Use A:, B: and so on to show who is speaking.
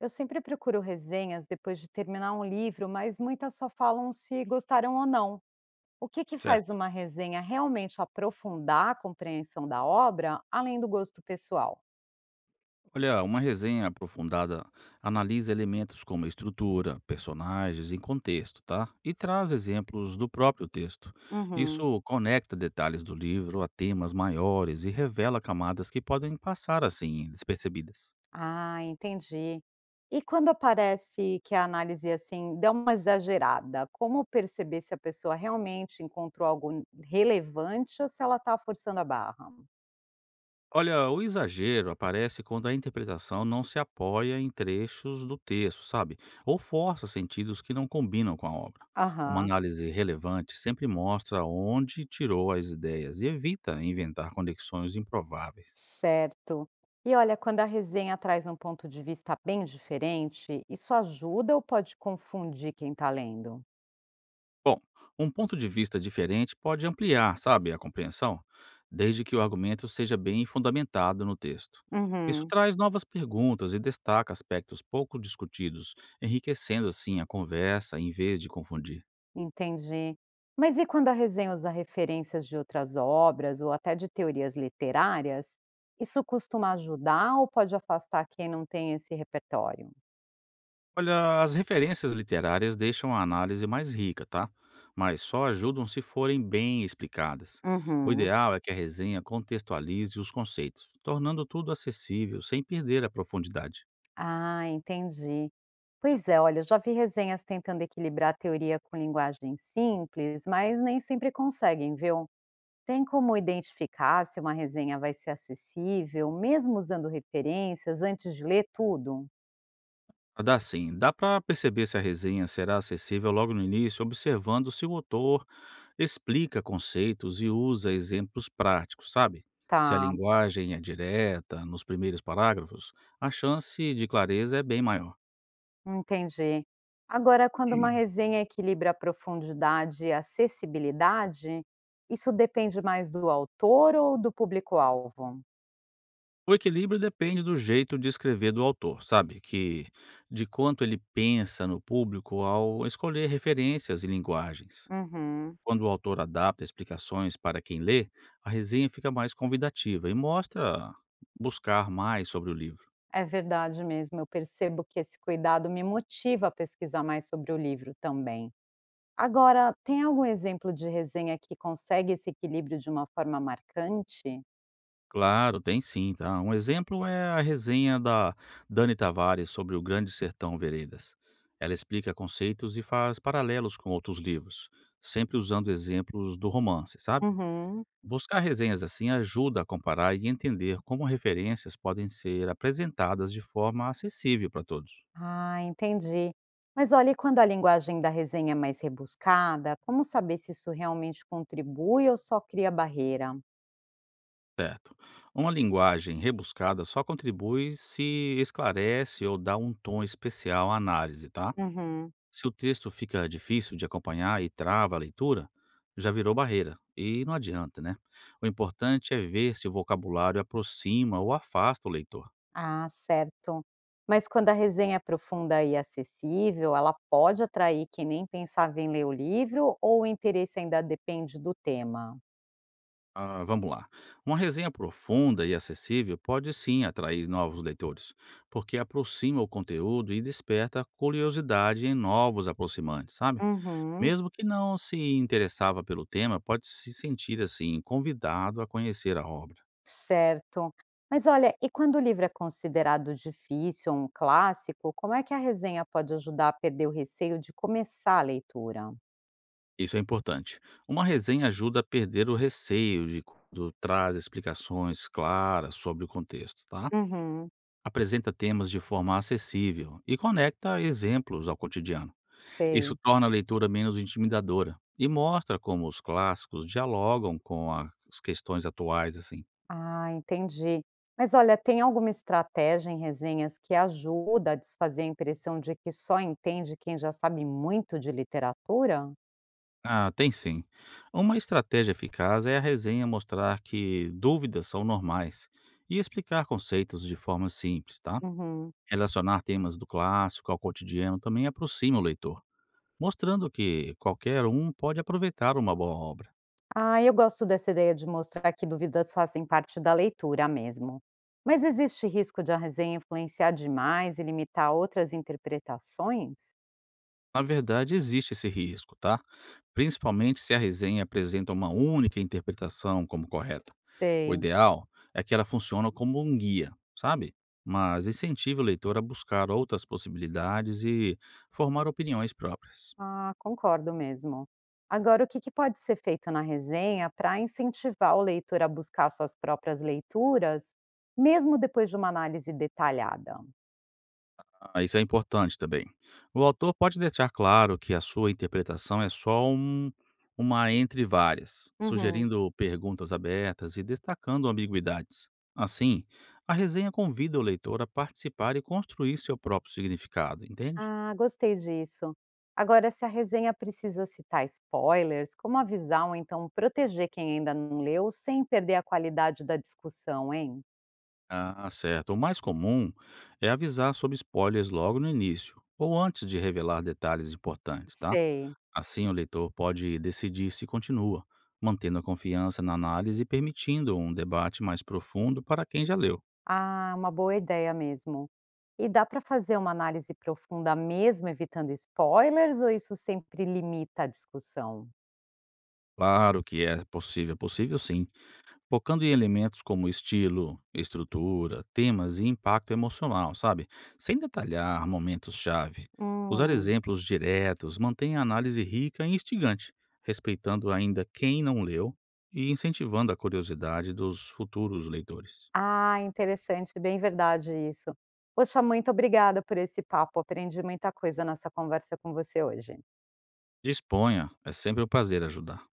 A: Eu sempre procuro resenhas depois de terminar um livro, mas muitas só falam se gostaram ou não. O que faz
B: Certo.
A: uma resenha realmente aprofundar a compreensão da obra, além do gosto pessoal?
B: Olha, uma resenha aprofundada analisa elementos como estrutura, personagens e contexto, tá? E traz exemplos do próprio texto.
A: Uhum.
B: Isso conecta detalhes do livro a temas maiores e revela camadas que podem passar assim despercebidas.
A: Ah, entendi. E quando aparece que a análise assim deu uma exagerada, como perceber se a pessoa realmente encontrou algo relevante ou se ela está forçando a barra?
B: Olha, o exagero aparece quando a interpretação não se apoia em trechos do texto, sabe? Ou força sentidos que não combinam com a obra. Uma
A: Aham.
B: análise relevante sempre mostra onde tirou as ideias e evita inventar conexões improváveis.
A: Certo. E olha, quando a resenha traz um ponto de vista bem diferente, isso ajuda ou pode confundir quem está lendo?
B: Bom, um ponto de vista diferente pode ampliar, sabe, a compreensão, desde que o argumento seja bem fundamentado no texto. Isso
A: Uhum.
B: traz novas perguntas e destaca aspectos pouco discutidos, enriquecendo assim a conversa em vez de confundir.
A: Entendi. Mas e quando a resenha usa referências de outras obras ou até de teorias literárias? Isso costuma ajudar ou pode afastar quem não tem esse repertório?
B: Olha, as referências literárias deixam a análise mais rica, tá? Mas só ajudam se forem bem explicadas. O
A: Uhum.
B: ideal é que a resenha contextualize os conceitos, tornando tudo acessível sem perder a profundidade.
A: Ah, entendi. Pois é, olha, eu já vi resenhas tentando equilibrar a teoria com linguagem simples, mas nem sempre conseguem, viu? Tem como identificar se uma resenha vai ser acessível, mesmo usando referências, antes de ler tudo?
B: Ah, dá sim. Dá para perceber se a resenha será acessível logo no início, observando se o autor explica conceitos e usa exemplos práticos, sabe? Se a
A: Tá,
B: linguagem é direta nos primeiros parágrafos, a chance de clareza é bem maior.
A: entendi. Agora, quando uma resenha equilibra profundidade e acessibilidade, isso depende mais do autor ou do público-alvo?
B: O equilíbrio depende do jeito de escrever do autor, sabe? Que de quanto ele pensa no público ao escolher referências e linguagens.
A: Uhum,
B: Quando o autor adapta explicações para quem lê, a resenha fica mais convidativa e mostra buscar mais sobre o livro.
A: é verdade mesmo. Eu percebo que esse cuidado me motiva a pesquisar mais sobre o livro também. Agora, tem algum exemplo de resenha que consegue esse equilíbrio de uma forma marcante?
B: Claro, tem sim, tá? Um exemplo é a resenha da Dani Tavares sobre o Grande Sertão Veredas. Ela explica conceitos e faz paralelos com outros livros, sempre usando exemplos do romance, sabe?
A: Uhum.
B: Buscar resenhas assim ajuda a comparar e entender como referências podem ser apresentadas de forma acessível para todos.
A: Ah, entendi. Mas olha, e quando a linguagem da resenha é mais rebuscada, como saber se isso realmente contribui ou só cria barreira?
B: Certo. Uma linguagem rebuscada só contribui se esclarece ou dá um tom especial à análise, tá?
A: Uhum.
B: Se o texto fica difícil de acompanhar e trava a leitura, já virou barreira e não adianta, né? O importante é ver se o vocabulário aproxima ou afasta o leitor.
A: Ah, certo. Mas quando a resenha é profunda e acessível, ela pode atrair quem nem pensava em ler o livro ou o interesse ainda depende do tema?
B: Ah, vamos lá. Uma resenha profunda e acessível pode sim atrair novos leitores, porque aproxima o conteúdo e desperta curiosidade em novos aproximantes, sabe?
A: Uhum,
B: Mesmo que não se interessava pelo tema, pode se sentir assim convidado a conhecer a obra.
A: certo. Mas olha, e quando o livro é considerado difícil ou um clássico, como é que a resenha pode ajudar a perder o receio de começar a leitura?
B: Isso é importante. Uma resenha ajuda a perder o receio de quando traz explicações claras sobre o contexto, tá?
A: Uhum,
B: Apresenta temas de forma acessível e conecta exemplos ao cotidiano. Isso
A: sei.
B: torna a leitura menos intimidadora e mostra como os clássicos dialogam com as questões atuais, assim.
A: Ah, entendi. Mas olha, tem alguma estratégia em resenhas que ajuda a desfazer a impressão de que só entende quem já sabe muito de literatura?
B: Ah, tem sim. Uma estratégia eficaz é a resenha mostrar que dúvidas são normais e explicar conceitos de forma simples, tá?
A: Uhum.
B: Relacionar temas do clássico ao cotidiano também aproxima o leitor, mostrando que qualquer um pode aproveitar uma boa obra.
A: Ah, eu gosto dessa ideia de mostrar que dúvidas fazem parte da leitura mesmo. Mas existe risco de a resenha influenciar demais e limitar outras interpretações?
B: Na verdade, existe esse risco, tá? Principalmente se a resenha apresenta uma única interpretação como correta. O
A: Sei.
B: ideal é que ela funcione como um guia, sabe? Mas incentive o leitor a buscar outras possibilidades e formar opiniões próprias.
A: Ah, concordo mesmo. Agora, o que pode ser feito na resenha para incentivar o leitor a buscar suas próprias leituras, mesmo depois de uma análise detalhada?
B: Ah, isso é importante também. O autor pode deixar claro que a sua interpretação é só uma entre várias,
A: Uhum.
B: sugerindo perguntas abertas e destacando ambiguidades. Assim, a resenha convida o leitor a participar e construir seu próprio significado, entende?
A: Ah, gostei disso. Agora, se a resenha precisa citar spoilers, como avisar ou então proteger quem ainda não leu sem perder a qualidade da discussão, hein?
B: Ah, certo. O mais comum é avisar sobre spoilers logo no início, ou antes de revelar detalhes importantes, tá?
A: Sei.
B: Assim o leitor pode decidir se continua, mantendo a confiança na análise e permitindo um debate mais profundo para quem já leu.
A: Ah, uma boa ideia mesmo. E dá para fazer uma análise profunda mesmo evitando spoilers ou isso sempre limita a discussão?
B: Claro que é possível sim, focando em elementos como estilo, estrutura, temas e impacto emocional, sabe? Sem detalhar momentos-chave. Usar
A: Hum.
B: exemplos diretos mantém a análise rica e instigante, respeitando ainda quem não leu e incentivando a curiosidade dos futuros leitores.
A: Ah, interessante, bem verdade isso. Poxa, muito obrigada por esse papo. Aprendi muita coisa nessa conversa com você hoje.
B: Disponha, é sempre um prazer ajudar.